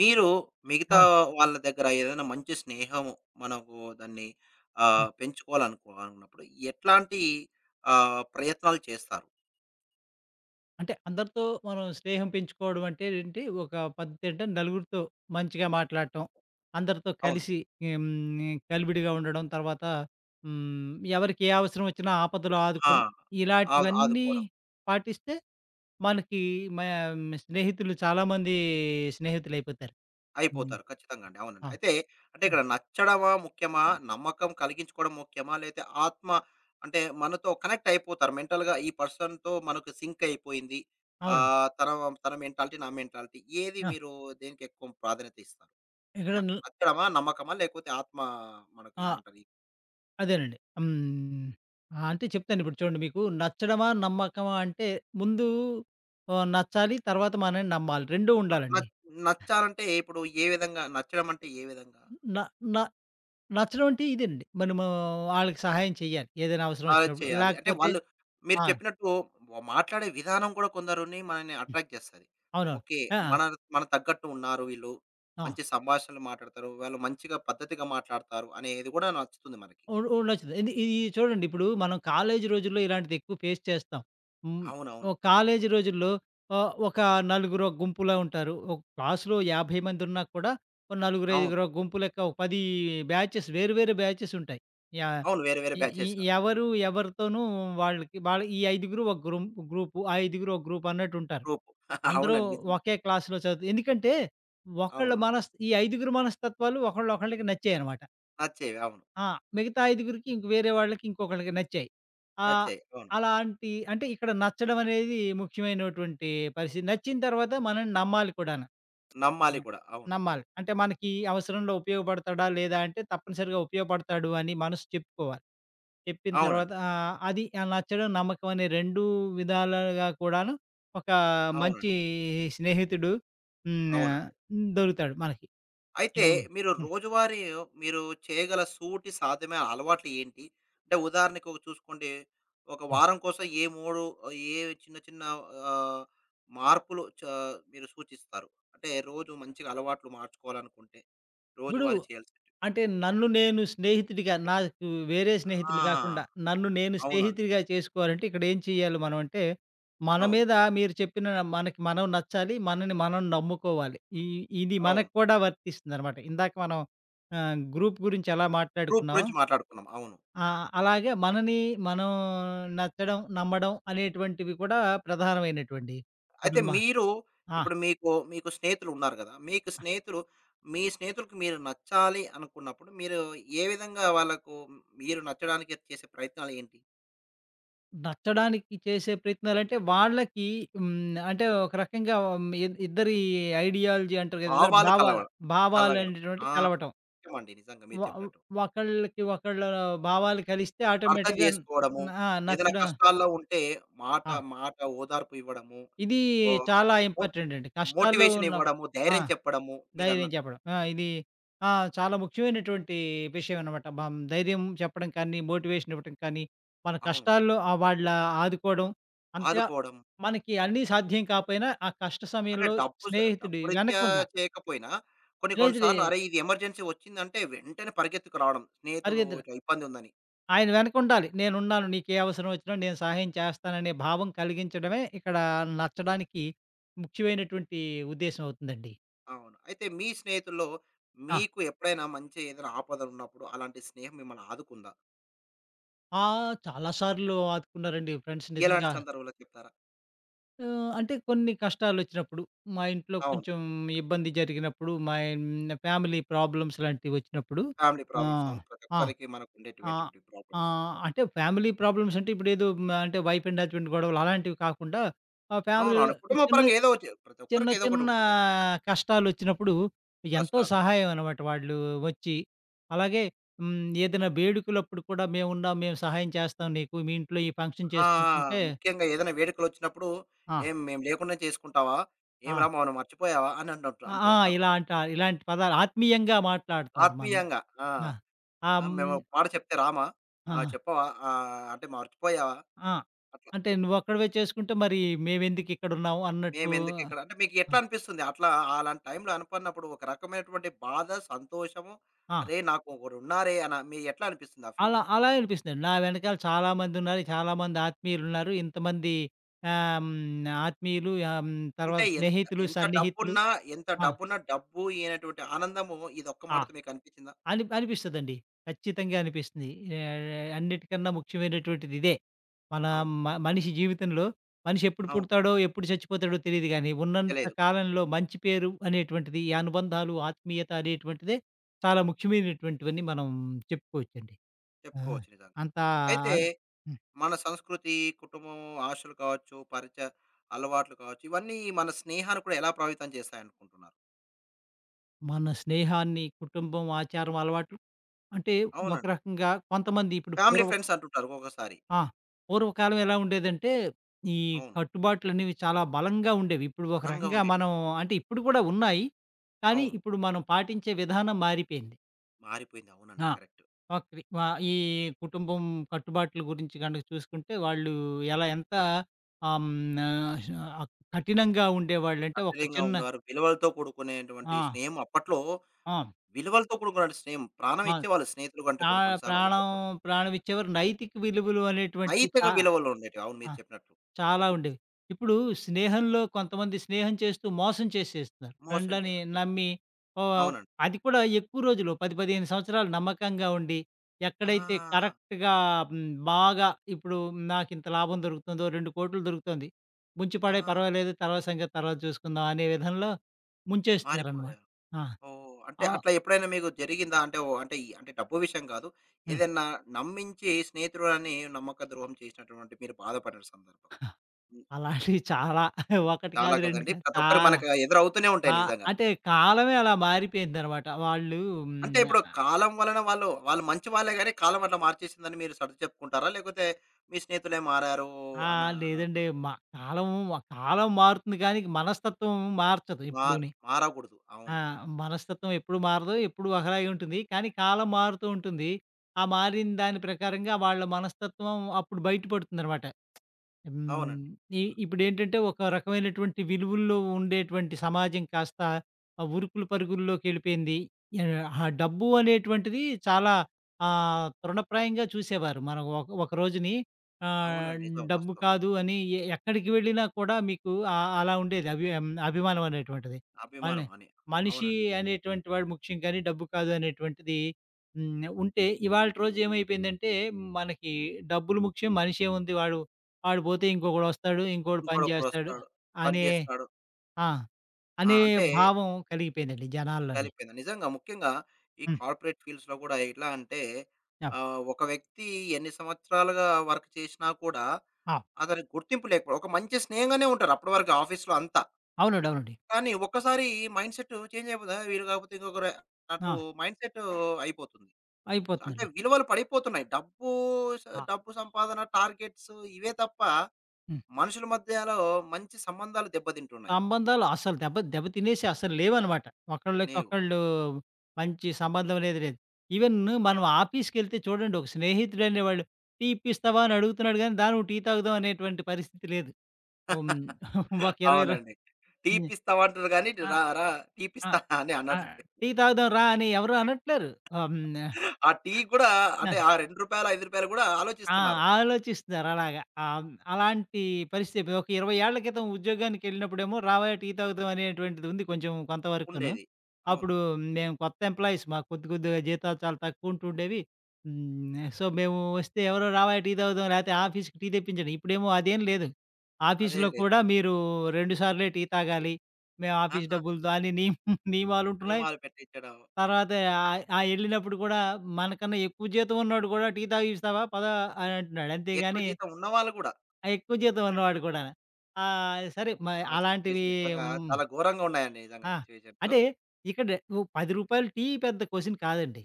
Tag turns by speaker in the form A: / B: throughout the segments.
A: మీరు మిగతా
B: అవును.
A: వాళ్ళ దగ్గర ఏదైనా మంచి స్నేహం మనకు దాన్ని
B: హ్మ్.
A: పెంచుకోవాలనుకో అనుకున్నప్పుడు ఎట్లాంటి ప్రయత్నాలు చేస్తారు?
B: అంటే అందరితో మనం స్నేహం పెంచుకోవడం అంటే ఏంటి, ఒక పద్ధతి ఏంటంటే నలుగురితో మంచిగా మాట్లాడటం, అందరితో
A: అవును.
B: కలిసి కలివిడిగా ఉండడం. తర్వాత ఎవరికి ఏ అవసరం వచ్చినా ఆపదలో
A: ఆ!
B: ఆదుకోవడం. ఇలాంటివన్నీ
A: ఆదుకోవడం.
B: పాటిస్తే మనకి మా స్నేహితులు చాలామంది స్నేహితులైపోతారు. హ్మ్.
A: అయిపోతారు. ఖచ్చితంగా అండి. అవునండి.
B: ఆ!
A: అయితే అంటే
B: ఆ!
A: ఇక్కడ నచ్చడమా ముఖ్యమా? నమ్మకం కలిగించుకోవడం ముఖ్యమా? లేతే ఆత్మ అంటే మనతో కనెక్ట్ అయిపోతారు. మెంటల్‌గా ఈ పర్సన్‌తో మనకు సింక్ అయిపోయింది.
B: అవునండి.
A: తన, తన మెంటాలిటీ, నా మెంటాలిటీ ఏది
B: ఆ!
A: మీరు దేనికి ఎక్కువ ప్రాధాన్యత ఇస్తారు?
B: ఇక్కడ ను
A: నచ్చడమా? నమ్మకమా? లేకపోతే ఆత్మ మనకు
B: ఆ!
A: ఏమంటారు? ఈ-
B: అదేనండి. హ్మ్. ఆ! అంటే చెప్తాను, ఇప్పుడు చూడండి, మీకు నచ్చడమా? నమ్మకమా? అంటే ముందు నచ్చాలి. తర్వాత మనల్ని నమ్మాలి. 2
A: ఆ!
B: ఉండాలండి.
A: నచ్చాలంటే ఇప్పుడు ఏ విధంగా? నచ్చడం అంటే ఏ విధంగా?
B: న న నచ్చడం అంటే ఇదేనండి. మనము ఆళ్ళకి సహాయం చేయాలి ఏదైనా అవసరం
A: అలా
B: వచ్చినప్పుడు.
A: చేయాలి. అంటే
B: లేకపోతే
A: వాళ్ళు మీరు
B: ఆ!
A: చెప్పినట్టు మాట్లాడే విధానం కూడా కొందరిని మనల్ని
B: హ్మ్.
A: అట్రాక్ట్ చేస్తది.
B: అవునవును.
A: ఓకే.
B: ఆ! ఆ!
A: మన మన తగ్గట్టు ఉన్నారు వీళ్ళు.
B: ఆ!
A: మంచి సంభాషణలు మాట్లాడతారు. వాళ్ళు మంచిగా పద్ధతిగా మాట్లాడతారు అనేది కూడా నచ్చుతుంది మనకి.
B: ఉండొచ్చు. ఇది ఇది చూడండి, ఇప్పుడు మనం కాలేజీ రోజుల్లో ఇలాంటిది ఎక్కువ ఫేస్ చేస్తాం. హ్మ్.
A: అవునవును.
B: ఓహ్, కాలేజీ రోజుల్లో ఒక నలుగురో గుంపులా ఉంటారు. ఒక క్లాస్‌లో 50 మంది ఉన్నా కూడా ఓ నలుగురు,
A: అవును.
B: ఐదుగురో గుంపు లెక్క ఒక 10 బ్యాచెస్, వేరు వేరు బ్యాచెస్ ఉంటాయి. యా
A: అవును. వేరే వేరే
B: ఈ
A: బ్యాచెస్.
B: ఈ ఎవరు ఎవరితోనూ వాళ్ళకి వాళ్ళ ఈ ఐదుగురు ఒక గ్రూం గ్రూపు, ఆ ఐదుగురు ఒక గ్రూప్ అన్నట్టు ఉంటారు.
A: గ్రూప్.
B: అందరూ
A: అవునండి. నిజమే.
B: ఒకే క్లాస్‌లో చదువు. ఎందుకంటే ఒకళ్ళ
A: అవునవును.
B: మనస్ ఈ ఐదుగురు మనస్తత్వాలు ఒకళ్ళొకళ్ళకి నచ్చాయన్నమాట.
A: నచ్చేవి. అవును.
B: ఆ! మిగతా ఐదుగురికి ఇంక వేరే వాళ్ళకి, ఇంకొకళ్ళకి నచ్చాయి. ఆహ్,
A: నచ్చాయి. అవును.
B: అలాంటి, అంటే ఇక్కడ నచ్చడం అనేది ముఖ్యమైనటువంటి పరిస్థితి. నచ్చిన తర్వాత మనం నమ్మాలి కూడాను.
A: నమ్మాలి
B: హ్మ్.
A: కూడా. అవును.
B: నమ్మాలి. అంటే మనకి అవసరంలో ఉపయోగపడతాడా? లేదా? అంటే తప్పనిసరిగా ఉపయోగపడతాడు అని మనసు చెప్పుకోవాలి. చెప్పిన తర్వాత
A: అవునండి.
B: ఆ నచ్చడం, నమ్మకం అనే 2 విధాలుగా కూడాను ఒక మంచి
A: అవునండి.
B: స్నేహితుడు హ్మ్. ఆహ్,
A: అవునండి.
B: దొరుకుతాడు మనకి.
A: అయితే
B: ఇక హ్మ్.
A: మీరు
B: హ్మ్.
A: రోజువారీ మీరు చేయగల సూటి సాధ్యమైన అలవాట్లు ఏంటి? అంటే ఉదాహరణకు ఒక చూసుకోండి ఒక వారం కోసం ఏ 3 ఏ చిన్న చిన్న ఆహ్, మార్పులు చ మీరు సూచిస్తారు? అంటే రోజు మంచిగా అలవాట్లు మార్చుకోవాలనుకుంటే
B: ఇప్పుడు
A: రోజువారీ చేయాల్సినవి.
B: అంటే నన్ను నేను స్నేహితుడిగా, నాకు వేరే స్నేహితులు
A: ఆ!
B: గాకుండా, నన్ను నేను
A: అవునండి.
B: స్నేహితుడిగా చేసుకోవాలంటే ఇక్కడేం చేయాలి మనం అంటే, మన
A: అవును.
B: మీద మీరు చెప్పిన, మనకి మనం నచ్చాలి. మనని మనం నమ్ముకోవాలి. ఇది
A: అవును.
B: మనకు కూడా వర్తిస్తుందనమాట. ఇందాక మనం గ్రూప్ గురించి ఎలా
A: గ్రూప్
B: మాట్లాడుకున్నామో,
A: గురించి మాట్లాడుకున్నాం. అవును.
B: ఆ! అలాగే మనని మనం నచ్చడం, నమ్మడం అనేటువంటివి కూడా ప్రధానమైనటువంటియి.
A: అయితే
B: ఇప్పుడు మ
A: మీరు
B: ఆ!
A: ఇప్పుడు మీకు, మీకు స్నేహితులు ఉన్నారు గదా! మీకు స్నేహితులు మీ స్నేహితులకు మీరు నచ్చాలి అనుకున్నప్పుడు మీరు ఏ విధంగా వాళ్ళకు మీరు నచ్చడానికి చేసే ప్రయత్నాలు ఏంటి?
B: నచ్చడానికి చేసే ప్రయత్నాలంటే వాళ్ళకి హ్మ్. అంటే ఒక రకంగా ఇద్దరి ఐడియాలజీ అంటారు కదా! ఇద్దరి
A: భావాలు
B: భావ
A: కలవ కలగడం.
B: భావాలనేటువంటి
A: ఆ!
B: కలవటం.
A: నిజమండి. నిజంగా మీరు
B: వ
A: చెప్పినట్టు.
B: ఒకళ్ళకి ఒకళ్ళ భావాలు కలిస్తే
A: అర్థం
B: ఆటోమేటిక్‌గా
A: జేసుకోవడము,
B: ఆ!
A: ఏదైనా
B: నచ్చడం.
A: కష్టాల్లో ఉంటే మాట
B: ఆ!
A: మాట ఓదార్పు ఇవ్వడము,
B: ఇది
A: ఓహ్!
B: చాలా
A: మో
B: ఇంపార్టెంట్ అండి. కష్టాల్లో
A: మోటివేషన్
B: ఉన్న
A: ఇవ్వడము,
B: ఆ!
A: ధైర్యం చెప్పడము
B: ధైర్యం
A: మీరన్నట్టు.
B: చెప్పడం. ఆ! ఇది ఆ! చాలా ముఖ్యమైనటువంటి విషయం అనమాట. మనం ధైర్యం చెప్పడం కానీ, మోటివేషన్ ఇవ్వటం కానీ, మన
A: అవును.
B: కష్టాల్లో ఆదుకోవడం. అంతగా
A: ఆదుకోవడం.
B: మనకి అన్నీ సాధ్యం కాపోయినా, ఆ కష్ట
A: అంటే
B: సమయంలో స్నేహితుడి
A: డబ్బు రీత్యా
B: వెనకుండా
A: చేయకపోయినా కొన్ని కొన్ని
B: స్నేహితుడి
A: సార్లు అరే! ఇది ఎమర్జెన్సీ వచ్చిందంటే వెంటనే పరిగెత్తుకు రావడం. స్నేహితుడు
B: పరిగెత్తున
A: ఇట్లా ఇబ్బంది ఉందని.
B: ఆయన వెనకుండాలి. నేనున్నాను, నీకే అవసరం వచ్చినా నేను సహాయం చేస్తాననే భావం కలిగించడమే ఇక్కడ నచ్చడానికి ముఖ్యమైనటువంటి ఉద్దేశ్యం అవుతుందండి.
A: అవును. అయితే మీ స్నేహితుల్లో
B: ఆ!
A: మీకు ఎప్పుడైనా మంచి ఏదైనా ఆపద ఉన్నప్పుడు అలాంటి స్నేహం మిమ్మల్ని ఆదుకుందా?
B: ఆ! చాలా సార్లు ఆదుకున్నారండి ఫ్రెండ్స్
A: ఎలాంటి
B: నిజంగా.
A: సందర్భంలో చెప్తారా?
B: ఆహ్, అంటే కొన్ని కష్టాలొచ్చినప్పుడు, మా ఇంట్లో
A: అవును.
B: కొంచెం ఇబ్బంది జరిగినప్పుడు, ఫ్యామిలీ ప్రాబ్లమ్స్ లాంటివొచ్చినప్పుడు
A: ఫ్యామిలీ ప్రాబ్లమ్స్
B: ఆహ్,
A: అవును. ప్రతి
B: ఆ!
A: ఒక్కరికి మనకు
B: ఆ!
A: ఉండేటువంటివి ప్రాబ్లమ్స్.
B: ఆహ్,
A: అవును.
B: అంటే ఫ్యామిలీ ప్రాబ్లమ్స్ అంటే ఇప్పుడేదో అంటే వైఫ్ అండ్ హస్బెండ్ గొడవలు అలాంటివి కాకుండా, ఆ ఫ్యామిలీలో
A: అవునవును. కుటుంబ
B: చిన్న
A: పరంగా ఏదో ఒకటి ప్రతి
B: చిన్న
A: ఒక్కరికి ఏదో ఒకటి
B: చిన్న
A: ఉంటుంది
B: కష్టాలొచ్చినప్పుడు ఎంతో
A: కష్టాలు.
B: సహాయం అనమాట వాళ్ళు వచ్చి. అలాగే హ్మ్, ఏదైనా వేడుకలప్పుడు కూడా మేమున్నాం, మేము సహాయం చేస్తాం నీకు, మీ ఇంట్లో ఈ ఫంక్షన్
A: ఆ!
B: చేసుకుంటుంటే
A: ముఖ్యంగా ఏదైనా వేడుకలొచ్చినప్పుడు
B: ఆ!
A: "ఏం మేము లేకుండా చేసుకుంటావా? ఏం
B: ఆ!
A: రా! మమ్మల్ని మర్చిపోయావా?" అని
B: ఆ!
A: అంటూ
B: ఆ! ఇలా అంటారు. ఇలాంటి పదాలు ఆత్మీయంగా మాట్లాడతారు మనం.
A: ఆత్మీయంగా. ఆ!
B: ఆ! ఆహ్,
A: ఆ!
B: హ్మ్.
A: మేమొక మాట చెప్తే రామా? ఆ!
B: ఆ!
A: చెప్పవా? అంటే మర్చిపోయావా?
B: ఆ!
A: అట్లా.
B: అంటే నువ్వొక్కడివే చేసుకుంటే మరి మేమెందుకు ఇక్కడున్నాం అన్నట్టు.
A: మేమెందుకిక్కడ అంటే మీకు ఎట్లా అనిపిస్తుంది? అట్లా అలాంటి టైంలో అనుపడినప్పుడు ఒక రకమైనటువంటి బాధ, సంతోషము,
B: ఆ!
A: అరే! నాకు ఒకరున్నారే అన మీ ఎట్లా అనిపిస్తుంది ఆ
B: అలా
A: ఫీలింగ్?
B: అలా అనిపిస్తుంది. నా వెనకాల చాలామందున్నారు, చాలామంది ఆత్మీయులున్నారు, ఇంతమంది ఆత్మీయులు,
A: అంటే
B: తర్వాత
A: ఎంత
B: స్నేహితులు,
A: ఎంత
B: సన్నిహితులు.
A: డబ్బున్నా ఎంత
B: ఆ!
A: డబ్బున్నా డబ్బు ఇయ్యనటువంటి ఆనందము ఇదొక్క
B: ఆ!
A: మాటతో మీకనిపించిందా?
B: అని అనిపిస్తదండి. ఖచ్చితంగా అనిపిస్తుంది. ఆహ్, అన్నిటికన్నా ముఖ్యమైనటువంటిది ఇదే. మన
A: అవును.
B: మనిషి జీవితంలో మనిషి ఎప్పుడు
A: అవును.
B: పుడతాడో, ఎప్పుడు చచ్చిపోతాడో తెలీదు గానీ, ఉన్నంత
A: తెలియదు.
B: కాలంలో మంచి పేరు అనేటువంటిది, ఈ అనుబంధాలు, ఆత్మీయత అనేటువంటిదే చాలా ముఖ్యమైనటువంటివని మనం చెప్పుకోవచ్చండి. ఆ!
A: చెప్పుకోవచ్చు నిజంగా.
B: అంత
A: అయితే
B: హ్మ్.
A: మన సంస్కృతి, కుటుంబం, ఆశలు కావచ్చు, పరిచయ అలవాట్లు కావచ్చు, ఇవన్నీ మన స్నేహాన్ని కూడా ఎలా ప్రభావితం చేస్తాయనుకుంటున్నారు?
B: మన స్నేహాన్ని, కుటుంబం, ఆచారం, అలవాట్లు అంటే ఒక
A: అవునండి.
B: రకంగా కొంతమంది ఇప్పుడు
A: ఫ్యామిలీ, ఫ్రెండ్స్ అంటుంటారు ఒక్కొక్కసారి.
B: ఆ! పూర్వకాలం ఎలా ఉండేదంటే, ఈ
A: అవును.
B: కట్టుబాట్లనేవి చాలా బలంగా ఉండేవి. ఇప్పుడు ఒక
A: బలంగా
B: రకంగా
A: ఉండేవి.
B: మనం, అంటే ఇప్పుడు కూడా ఉన్నాయి, కానీ
A: అవును.
B: ఇప్పుడు మనం పాటించే విధానం మారిపోయింది.
A: మారిపోయింది. అవునండి.
B: ఆ!
A: కరెక్ట్.
B: ఓకే. ఈ కుటుంబం కట్టుబాట్ల గురించి గనక చూసుకుంటే, వాళ్ళు ఎంత ఆహ్, హ్మ్, ఆహ్, కఠినంగా ఉండేవాళ్ళంటే, ఒక
A: కఠినంగా
B: చిన్న
A: ఉండేవారు. విలువలతో కూడుకునేటువంటి
B: ఆ!
A: స్నేహం అప్పట్లో
B: ఆ!
A: విలువలతో కూడుకున్న స్నేహం. ప్రాణం
B: ఆ!
A: ఇచ్చేవాళ్ళు స్నేహితులు కంటే
B: ప్రా
A: కొన్ని కొన్ని సార్లు
B: ప్రాణం
A: ఒకప్పుడు.
B: ప్రాణం ఇచ్చేవారు. నైతిక విలువలు అనేటువంటివి
A: నైతిక విలువలు ఉండేటివి. అవును
B: ఆ!
A: మీరు చెప్పినట్టు.
B: చాలా ఉండేవి. ఇప్పుడు స్నేహంలో కొంతమంది స్నేహం చేస్తూ మోసం చేసేస్తున్నారు. ఫ్రెండ్
A: మోసం
B: అని
A: చేయరు.
B: నమ్మి ఓహ్!
A: అవునండి.
B: అది కూడా ఎక్కువ రోజులు 10, 15 సంవత్సరాలు నమ్మకంగా ఉండి, ఎక్కడైతే
A: ఆ!
B: కరెక్ట్‌గా బాగా ఇప్పుడు నాకింత లాభం దొరుకుతుందో, 2,00,00,000 దొరుకుతుంది, ముంచి పడే
A: ఆ!
B: పర్వాలేదు, తర్వాత సంగతి తర్వాత చూసుకుందాం అనే విధంలో ముంచేస్తున్నారనమాట.
A: మారిపోయారు.
B: ఆ!
A: ఓహ్! అంటే
B: ఆహ్,
A: అట్లా ఎప్పుడైనా మీకు జరిగిందా? అంటే ఓహ్! అంటే ఈ అంటే డబ్బు విషయం కాదు.
B: హ్మ్.
A: ఏదన్నా నమ్మించి స్నేహితురాలని నమ్మక ద్రోహం చేసినటువంటి మీరు బాధపడిన సందర్భం. హ్మ్.
B: అలాంటివి చాలా ఒకటి
A: చాలా
B: కాదు, 2
A: కదండీ.
B: కాదు,
A: ప్రతి ఒక్కరు
B: చాలా.
A: మనకు ఎదురవుతూనే
B: ఆ!
A: ఉంటాయి నిజంగా.
B: అంటే కాలమే అలా మారిపోయిందనమాట. వాళ్ళు
A: అంటే ఇప్పుడు
B: హ్మ్.
A: కాలం వలన వాళ్ళు, వాళ్ళు మంచి వాళ్ళే గాని కాలం అట్లా మార్చేసిందని మీరు సర్ది చెప్పుకుంటారా? లేకపోతే మీ స్నేహితులే మారారు
B: ఆ!
A: అన
B: లేదండి.
A: అనుకుంటారా?
B: కాలం మారుతుంది కానీ, మనస్తత్వం మార్చదు
A: మార్
B: ఎప్పుడూని.
A: మారకూడదు.
B: ఆ!
A: అవును.
B: మనస్తత్వం ఎప్పుడు మారదు, ఎప్పుడు ఒకలాగే ఉంటుంది. కానీ కాలం మారుతూ ఉంటుంది. ఆ మారిన దాని ప్రకారంగా వాళ్ళ మనస్తత్వం అప్పుడు బయట పడుతుందనమాట. హ్మ్.
A: అవునండి.
B: ఇప్పుడేంటంటే ఒక రకమైనటువంటి విలువల్లో ఉండేటువంటి సమాజం కాస్త ఆ ఉరుకులు పరుగుల్లోకెళ్ళిపోయింది. యాహ్! ఆ డబ్బు అనేటువంటిది చాలా తృణప్రాయంగా చూసేవారు. మనం ఒక ఒక రోజుని ఆహ్,
A: అవునండి. నిజం
B: డబ్బు
A: వాస్తవం.
B: కాదు అని ఎక్కడికి వెళ్ళినా కూడా మీకు ఆహ్, అలా ఉండేది. అభిమానం అనేటువంటిది. అని
A: అభిమానం అని.
B: మనిషి
A: అవునండి.
B: అనేటువంటి వాడు ముఖ్యం కానీ డబ్బు కాదు అనేటువంటిది హ్మ్. ఉంటే, ఇవాళటి రోజు ఏమైపోయిందంటే, మనకి డబ్బులు ముఖ్యం, మనిషేముంది వాడు, ఆడు పోతే ఇంకొకడొస్తాడు, ఇంకోడు పని
A: ఇంకొకడొకడు
B: జేస్తాడు
A: వస్తాడు. పని
B: అనే
A: చేస్తాడు.
B: ఆ!
A: ఆ!
B: అనే
A: అంటే
B: భావం కలిగిపోయిందండి జనాల్లోని.
A: కలిపోయింది. నిజంగా ముఖ్యంగా ఈ
B: హ్మ్.
A: కార్పొరేట్ ఫీల్డ్స్‌లో గూడా ఎట్లా అంటే
B: యాహ్!
A: ఒక వ్యక్తి ఎన్ని సంవత్సరాలుగా వర్క్ చేసినా కూడా
B: ఆ!
A: అతనికి గుర్తింపు లేకపో ఒక మంచి స్నేహంగానే ఉంటారు. అప్పటి వరకు ఆఫీస్‌లో అంతా.
B: అవునండి. అవునండి.
A: కానీ ఒక్కసారి మైండ్ సెట్ చేంజ్ అయిపోదా వీళ్ళు కాకపోతే ఇంకొకరు అన్నట్టు
B: ఆ!
A: మైండ్ సెట్ అయిపోతుంది. సో, అంటే
B: అయిపోతుందండి.
A: విలువలు పడిపోతున్నాయి. స
B: ఆ!
A: డబ్బు సంపాదన టార్గెట్స్ ఇవే తప్ప
B: హ్మ్.
A: మనుషుల మధ్యలో మంచి సంబంధాలు దెబ్బతింటున్నాయి.
B: సంబంధాలు అసలు దెబ్బ దెబ్బ తినేసి అసలు లేవనమాట.
A: నీవు
B: ఒకళ్ళకొకళ్ళు మంచి సంబంధం అనేది లేదు. ఈవెన్
A: అవునా?
B: మనం ఆఫీస్‌కెళ్తే చూడండి, ఒక స్నేహితుడనేవాడు టీ ఇప్పిస్తావా అని అడుగుతున్నాడు గానీ, దా నువ్వు టీ తాగుదాం అనేటువంటి పరిస్థితి లేదు. హ్మ్. ఒక 20 ర
A: అవునండి. టీ
B: హ్మ్.
A: ఇప్పిస్తామంటారు గానీ,
B: ఆ!
A: రా రా టీ
B: ఆ!
A: ఇప్పిస్తా అని
B: ఆ!
A: అనట్లే.
B: టీ తాగుదాం రా అని ఎవరు అనట్లేరు. ఆహ్, హ్మ్.
A: ఆ టీ కూడా
B: ఆ!
A: అంటే ఆ రూ. 2, రూ. 5 కూడా
B: ఆ!
A: ఆలోచిస్తున్నారు.
B: ఆలోచిస్తున్నారు అలాగా. అలాంటి పరిస్థితి ఒక 20 ఏళ్ల క్రితం ఉద్యోగానికెళ్ళినప్పుడేమో "రావయ్య టీ తాగుదాం" అనేటువంటిది ఉంది కొంచెం కొంతవరకును.
A: ఉండేది. అవును.
B: అప్పుడు మేము కొత్త ఎంప్లాయీస్, మాకు కొద్దిగా జీతాలు చాలా తక్కువ ఉంటుండేవి. హ్మ్. సో, మేము వస్తే ఎవరో "రావయ్య టీ తాగుదాం" లేకపోతే ఆఫీస్‌కి టీ తెప్పించండి. ఇప్పుడేమో అదేం లేదు.
A: అదేం
B: ఆఫీస్‌లో
A: లేదు.
B: కూడా మీరు 2 సార్లే టీ తాగాలి, మేము ఆఫీస్
A: ఆహా!
B: డబ్బులతో అని నియమాలుంటున్నాయి.
A: సినిమాలు పెట్టించడం.
B: తర్వాత ఆహ్, ఆ ఎళ్ళినప్పుడు కూడా మనకన్నా ఎక్కువ జీతం ఉన్నోడు కూడా టీ తాగిస్తావా పద అని అంటున్నాడు.
A: ఎక్కువ
B: అంతేగాని
A: జీతం ఉన్నవాళ్ళు గూడా.
B: ఆ ఎక్కువ జీతం ఉన్నవాడు కూడా. ఆహ్, సరే మ
A: ఆ!
B: అలాంటివి
A: సిట్యుయేషన్ నిజంగా
B: హ్మ్.
A: చాలా ఘోరంగా ఉన్నాయండి నిజంగా
B: ఆ!
A: సిట్యుయేషన్స్.
B: అంటే ఇక్కడ నువ్వు రూ. 10 టీ పెద్ద క్వెషన్ కాదండి.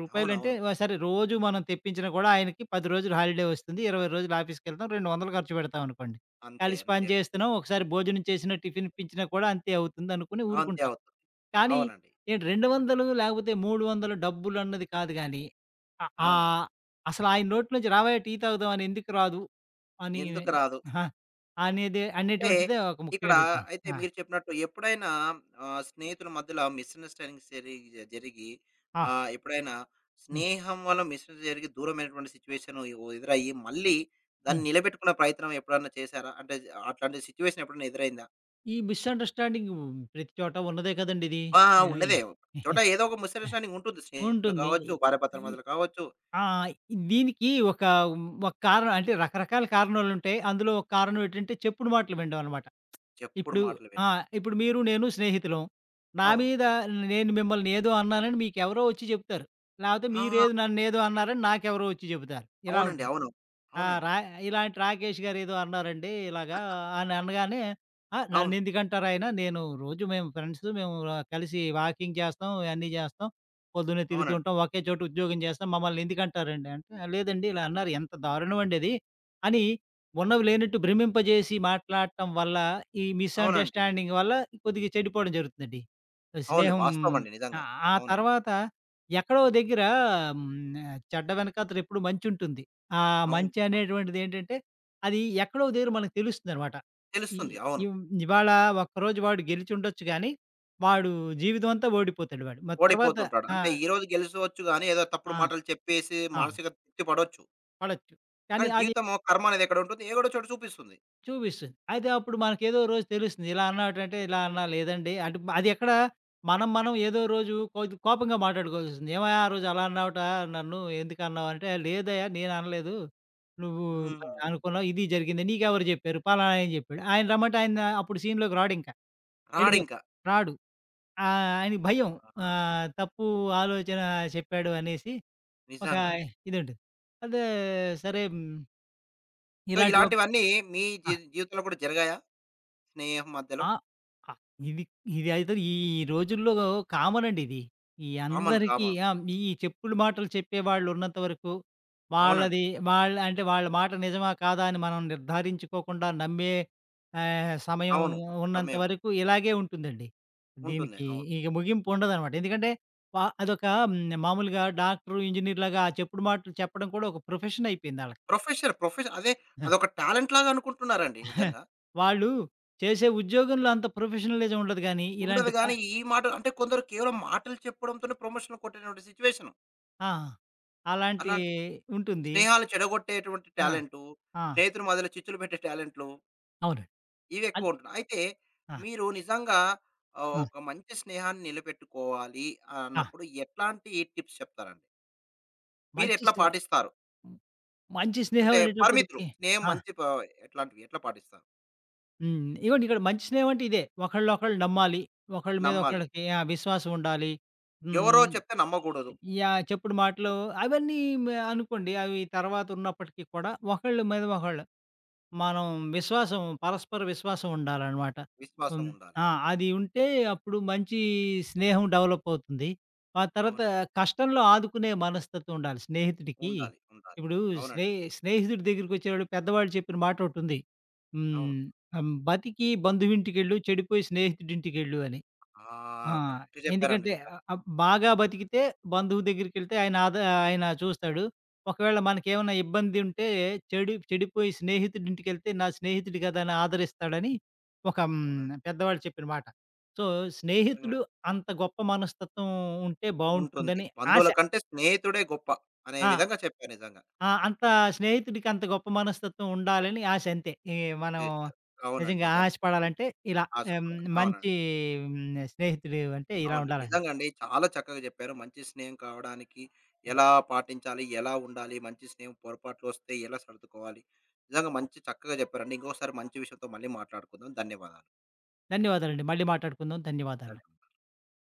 B: రూ. 10 అంటే
A: అవునవును.
B: సరే రోజు మనం తెప్పించినా కూడా ఆయనకి 10 రోజులు హాలిడే వస్తుంది, 20 రోజులు ఆఫీస్‌కెళ్తాం, 200 ఖర్చు పెడతాం అనుకోండి.
A: అంతే.
B: కలిసి పని
A: అంతే.
B: చేస్తున్నాం, ఒకసారి భోజనం చేసినా టిఫిన్ ఇప్పించినా కూడా అంతే అవుతుంది అనుకుని
A: అంతే
B: ఊరుకుంటాం.
A: అవుతుంది.
B: కానీ
A: అవునండి.
B: ఏంటి, 200 లేకపోతే 300 డబ్బులన్నది కాదు గానీ, ఆహ్,
A: అవునండి.
B: ఆహ్, అసలాయన నోటి నుంచి రాబోయే టీ తాగుదాం అని ఎందుకు రాదు అని
A: ఎందుకు రాదు?
B: ఆ! అనేది
A: అంటే
B: అనేటువంటిదే ఒక
A: ఇక్కడ
B: ముఖ్యమైనటువంటి.
A: అయితే
B: ఆ!
A: మీరు చెప్పినట్టు ఎప్పుడైనా స్నేహితుల మధ్యలో మిస్‌అండర్‌స్టాండింగ్స్ జరిగి జరిగి
B: ఆ!
A: ఎప్పుడైనా
B: హ్మ్.
A: స్నేహం వల్ల మిస్‌అండర్‌స్టాండింగ్ జరిగి దూరమైనటువంటి సిట్యుయేషన్ ఎదురయ్యి మళ్ళీ దాన్ని
B: హ్మ్.
A: నిలబెట్టుకునే ప్రయత్నం ఎప్పుడన్నా చేశారా? అంటే అట్లాంటి సిట్యుయేషన్ ఎప్పుడైనా ఎదురైందా?
B: ఈ మిస్‌అండర్‌స్టాండింగ్ ప్రతి చోట ఉన్నదే కదండీ ఇది.
A: ఆ!
B: యాహ్!
A: ఉన్నదే. చోట ఏదో ఒక మిస్‌అండర్‌స్టాండింగ్ ఉంటుంది. స్నేహితులు
B: ఉంటుంది.
A: కావచ్చు, భార్యాభర్తల
B: ఈ
A: మధ్యలో కావచ్చు.
B: ఆ! దీనికి ఒక ఒక కారణం, అంటే రకరకాల కారణాలుంటాయి. అందులో ఒక కారణం ఏంటంటే చెప్పుడు మాటలు వినడం అన్నమాట.
A: చెప్పుడు
B: ఇప్పుడు
A: మాటలు
B: ఆ!
A: వినం.
B: ఇప్పుడు మీరు నేను స్నేహితులం. నా
A: అవును.
B: మీద నేను మిమ్మల్ని ఏదో అన్నానని మీకెవరో వచ్చి చెప్తారు. లేపోతే
A: ఆ!
B: మీరేదో నన్నేదో అన్నారని నాకెవరో వచ్చి చెబుతారు. ఇలా
A: అవునండి.
B: ఉంటుంది.
A: అవును.
B: ఆ!
A: అవునండి.
B: ఇలాంటి 'రాకేష్' గారేదో అన్నారండి, ఇలాగా అని అనగానే, "ఆ!
A: అవును.
B: నన్నెందుకంటారాయన, నేను రోజు మేము ఫ్రెండ్సు, మేము కలిసి వాకింగ్ చేస్తాం, అన్నీ చేస్తాం. పొద్దున్నే
A: అవునండి.
B: తిరుగుతుంటాం, ఒకే చోట ఉద్యోగం చేస్తాం, మమ్మల్ని ఎందుకంటారండి?" అంటే, "ఆ, లేదండి, ఇలా అన్నారు, ఎంత దారుణమండి అది" అని ఉన్నవి లేనట్టు భ్రమింపజేసి మాట్లాడటం వల్ల, ఈ
A: అవునండి.
B: మిస్‌అండర్‌స్టాండింగ్ వల్ల కొద్దిగా చెడిపోవడం జరుగుతుందండి
A: అవును.
B: స్నేహం.
A: వాస్తవం అండి
B: ఆ
A: నిజంగా.
B: ఆ
A: అవునండి.
B: తర్వాత ఎక్కడో దగ్గర హ్మ్, చెడ్డ వెనకాతల ఎప్పుడు మంచుంటుంది. ఆ
A: అవును.
B: మంచి అనేటువంటిదేంటంటే, అది ఎక్కడో దగ్గర మనకు తెలుస్తుందనమాట. ఈ
A: తెలుస్తుంది. అవును.
B: ఇవ్ ఇవాళ ఒక్కరోజు వాడు గెలిచుండొచ్చు గానీ, వాడు జీవితం అంతా ఓడిపోతాడు వాడు. మరి తర్వాత
A: ఓడిపోతుంటాడు.
B: ఆ!
A: అంటే ఈరోజు గెలిసవచ్చు గానీ, ఏదో తప్పుడు
B: ఆ!
A: మాటలు చెప్పేసి
B: ఆ!
A: మానసిక తృప్తి పడొచ్చు.
B: పడొచ్చు. కానీ
A: కానీ
B: అది
A: జీవితము, కర్మ అనేది ఎక్కడుంటుంది, ఎక్కడో చోట చూపిస్తుంది.
B: చూపిస్తుంది. అయితే అప్పుడు మనకేదో రోజు తెలుస్తుంది. ఇలా అన్నాడంటే, ఇలా అన్నా లేదండి. అంటే అది ఎక్కడ మనం, మనం ఏదో రోజు కోపంగా మాట్లాడుకోవాల్సొస్తుంది. "ఏమయ్య ఆ రోజు అలా అన్నావుట, నన్ను ఎందుకన్నావు" అంటే, "లేదయ్యా నేననలేదు, నువ్వు
A: హ్మ్.
B: మరి అనుకున్నావు, ఇది జరిగింది, నీకెవరు జెప్పారు?" పలానా ఆయన జెప్పాడు. ఆయన రమ్మంటే ఆయన అప్పుడు సీన్‌లోకి రాడింక, ఎళ్ళిపోతాడు,
A: రాడింక.
B: రాడు. ఆహ్, ఆయనకి భయం.
A: ఆ!
B: తప్పు ఆలోచన చెప్పాడు అనేసి ఒక
A: నిజంగా.
B: ఇదుంటుంది. అదే సరే హ్మ్.
A: సో,
B: ఇలాంటి ఒక్
A: ఇలాంటివన్నీ మీ
B: ఆ!
A: జీవితంలో కూడా జరిగాయా? స్నేహం మధ్యలో?
B: ఆ! ఆ! ఇది ఇదైతే ఈ రోజుల్లో కామన్ అండి ఇది. ఈ
A: కామన్.
B: అందరికీ
A: కామన్.
B: ఆ! ఈ చెప్పుడు మాటలు చెప్పేవాళ్ళు ఉన్నంత వరకు,
A: అవునండి.
B: వాళ్ళది వాళ్ళ, అంటే వాళ్ళ మాట నిజమా? కాదా? అని మనం నిర్ధారించుకోకుండా నమ్మే సమయం
A: అవును.
B: ఉన్నంత
A: సమయం
B: వరకు ఇలాగే ఉంటుందండి.
A: ఉంటుంది.
B: దీనికి
A: అవును.
B: ఇక ముగింపు ఉండదనమాట. ఎందుకంటే ప అదొక హ్మ్, మామూలుగా డాక్టరు, ఇంజినీర్‌లాగా ఆ చెప్పుడు మాటలు చెప్పడం కూడా ఒక ప్రొఫెషన్ అయిపోయింది ఆళ్ళకి.
A: ప్రొఫెషన్ అదే అదొక టాలెంట్ లాగా అనుకుంటున్నారండి నిజంగా.
B: వాళ్ళు చేసే ఉద్యోగంలో అంత ప్రొఫెషనలిజం ఉండదు గానీ,
A: ఉండదు
B: ఇలాంటి ప
A: గానీ, ఈ మాట అంటే కొందరు కేవలం మాటలు చెప్పడంతోనే ప్రమోషన్ కొట్టేటువంటి సిట్యుయేషన్.
B: ఆ! అలాంటి
A: అలాంటి
B: ఉంటుంది.
A: స్నేహాలు చెడగొట్టేటువంటి
B: ఆ!
A: టాలెంటు,
B: ఆ!
A: స్నేహితుల మధ్యలో చిచ్చులు పెట్టే టాలెంట్లు
B: అవునండి.
A: ఇవి
B: అన్
A: ఎక్కువ ఉంటున్నాయి. అయితే
B: ఆ!
A: మీరు నిజంగా
B: ఆ!
A: ఒక మంచి స్నేహాన్ని నిలబెట్టుకోవాలి
B: ఆ!
A: అన్నప్పుడు ఎట్లాంటి టిప్స్ చెప్తారండి?
B: మంచి
A: మీరెట్లా
B: స్నే
A: పాటిస్తారు?
B: మంచి స్నేహం
A: అంటే పరిమితులు
B: అనేటప్పటికి
A: స్నేహం
B: ఆ!
A: మంచి ప ఎట్లాంటివి? ఎట్లా పాటిస్తారు?
B: హ్మ్. ఇగోండి ఇక్కడ మంచి స్నేహం అంటే ఇదే. ఒకళ్ళనొకళ్ళు నమ్మాలి, ఒకళ్ళ మీద
A: నమ్మాలి.
B: ఒకళ్ళకి ఆ! విశ్వాసం ఉండాలి. హ్మ్.
A: ఎవరో చెప్తే నమ్మకూడదు.
B: యాహ్! చెప్పుడు మాటలు అవన్నీ అనుకోండి, అవి తర్వాత ఉన్నప్పటికీ కూడా ఒకళ్ళ మీద ఒకళ్ళు మనం పరస్పర విశ్వాసం ఉండాలన్నమాట.
A: విశ్వాసం
B: హ్మ్.
A: ఉండాలి.
B: ఆ! అది ఉంటే అప్పుడు మంచి స్నేహం డెవలప్ అవుతుంది. ఆ తర్వాత
A: అవునండి.
B: కష్టంలో ఆదుకునే మనస్తత్వం ఉండాలి స్నేహితుడికి.
A: ఉండాలి. ఉండాలి.
B: ఇప్పుడు స్నే
A: అవునండి.
B: స్నేహితుడి దగ్గరికొచ్చేవాడు, పెద్దవాళ్ళు చెప్పిన మాటోటుంది.
A: అవును.
B: హ్మ్. ఆహ్, బతికి బంధువింటికెళ్ళు, చెడిపోయి స్నేహితుడింటికెళ్ళు అని.
A: ఆ!
B: ఆ!
A: కరెక్ట్ చెప్పారండి
B: ఎందుకంటే
A: నిజంగా.
B: ఆహ్, ఆహ్, బాగా బతికితే బంధువు దగ్గరికెళ్తే ఆయన ఆయన చూస్తాడు. ఒకవేళ మనకేమన్నా ఇబ్బందుంటే చెడిపోయి స్నేహితుడింటికెళ్తే, నా స్నేహితుడు కదా అని ఆదరిస్తాడని ఒక
A: అవునండి.
B: పెద్దవాళ్ళు చెప్పిన మాట. సో,
A: నిజంగా.
B: స్నేహితుడు అంత గొప్ప మనస్తత్వం ఉంటే
A: ఉంటుంది.
B: బావుంటుందని ఆశ.
A: బంధువుల కంటే స్నేహితుడే గొప్ప అనే
B: ఆ!
A: విధంగా చెప్పారు నిజంగా.
B: ఆ! అంత, స్నేహితుడికి అంత గొప్ప మనస్తత్వం ఉండాలని ఆశ అంతే. ఈ మనం
A: చేస్తారు. అవునండి.
B: నిజంగా
A: నిజంగా.
B: ఆశపడాలంటే, ఇలా ఆహ్, హ్మ్,
A: ఆశపడాలి.
B: మంచి
A: అవునండి.
B: స్నేహితుడు అంటే ఇలా
A: అవును.
B: ఉండాలండి.
A: నిజంగా అండి. చాలా చక్కగా చెప్పారు. మంచి స్నేహం కావడానికి
B: ఆ!
A: ఎలా పాటించాలి? ఎలా ఉండాలి? మంచి స్నేహం పొరపాట్లు వస్తే ఎలా సర్దుకోవాలి? నిజంగా మంచి చక్కగా చెప్పారండి. ఇంకొకసారి మంచి విషయంతో మళ్ళీ మాట్లాడుకుందాం. ధన్యవాదాలు.
B: ధన్యవాదాలండి. మళ్ళీ మాట్లాడుకుందాం. ధన్యవాదాలు.
A: ధన్యవాదాలు.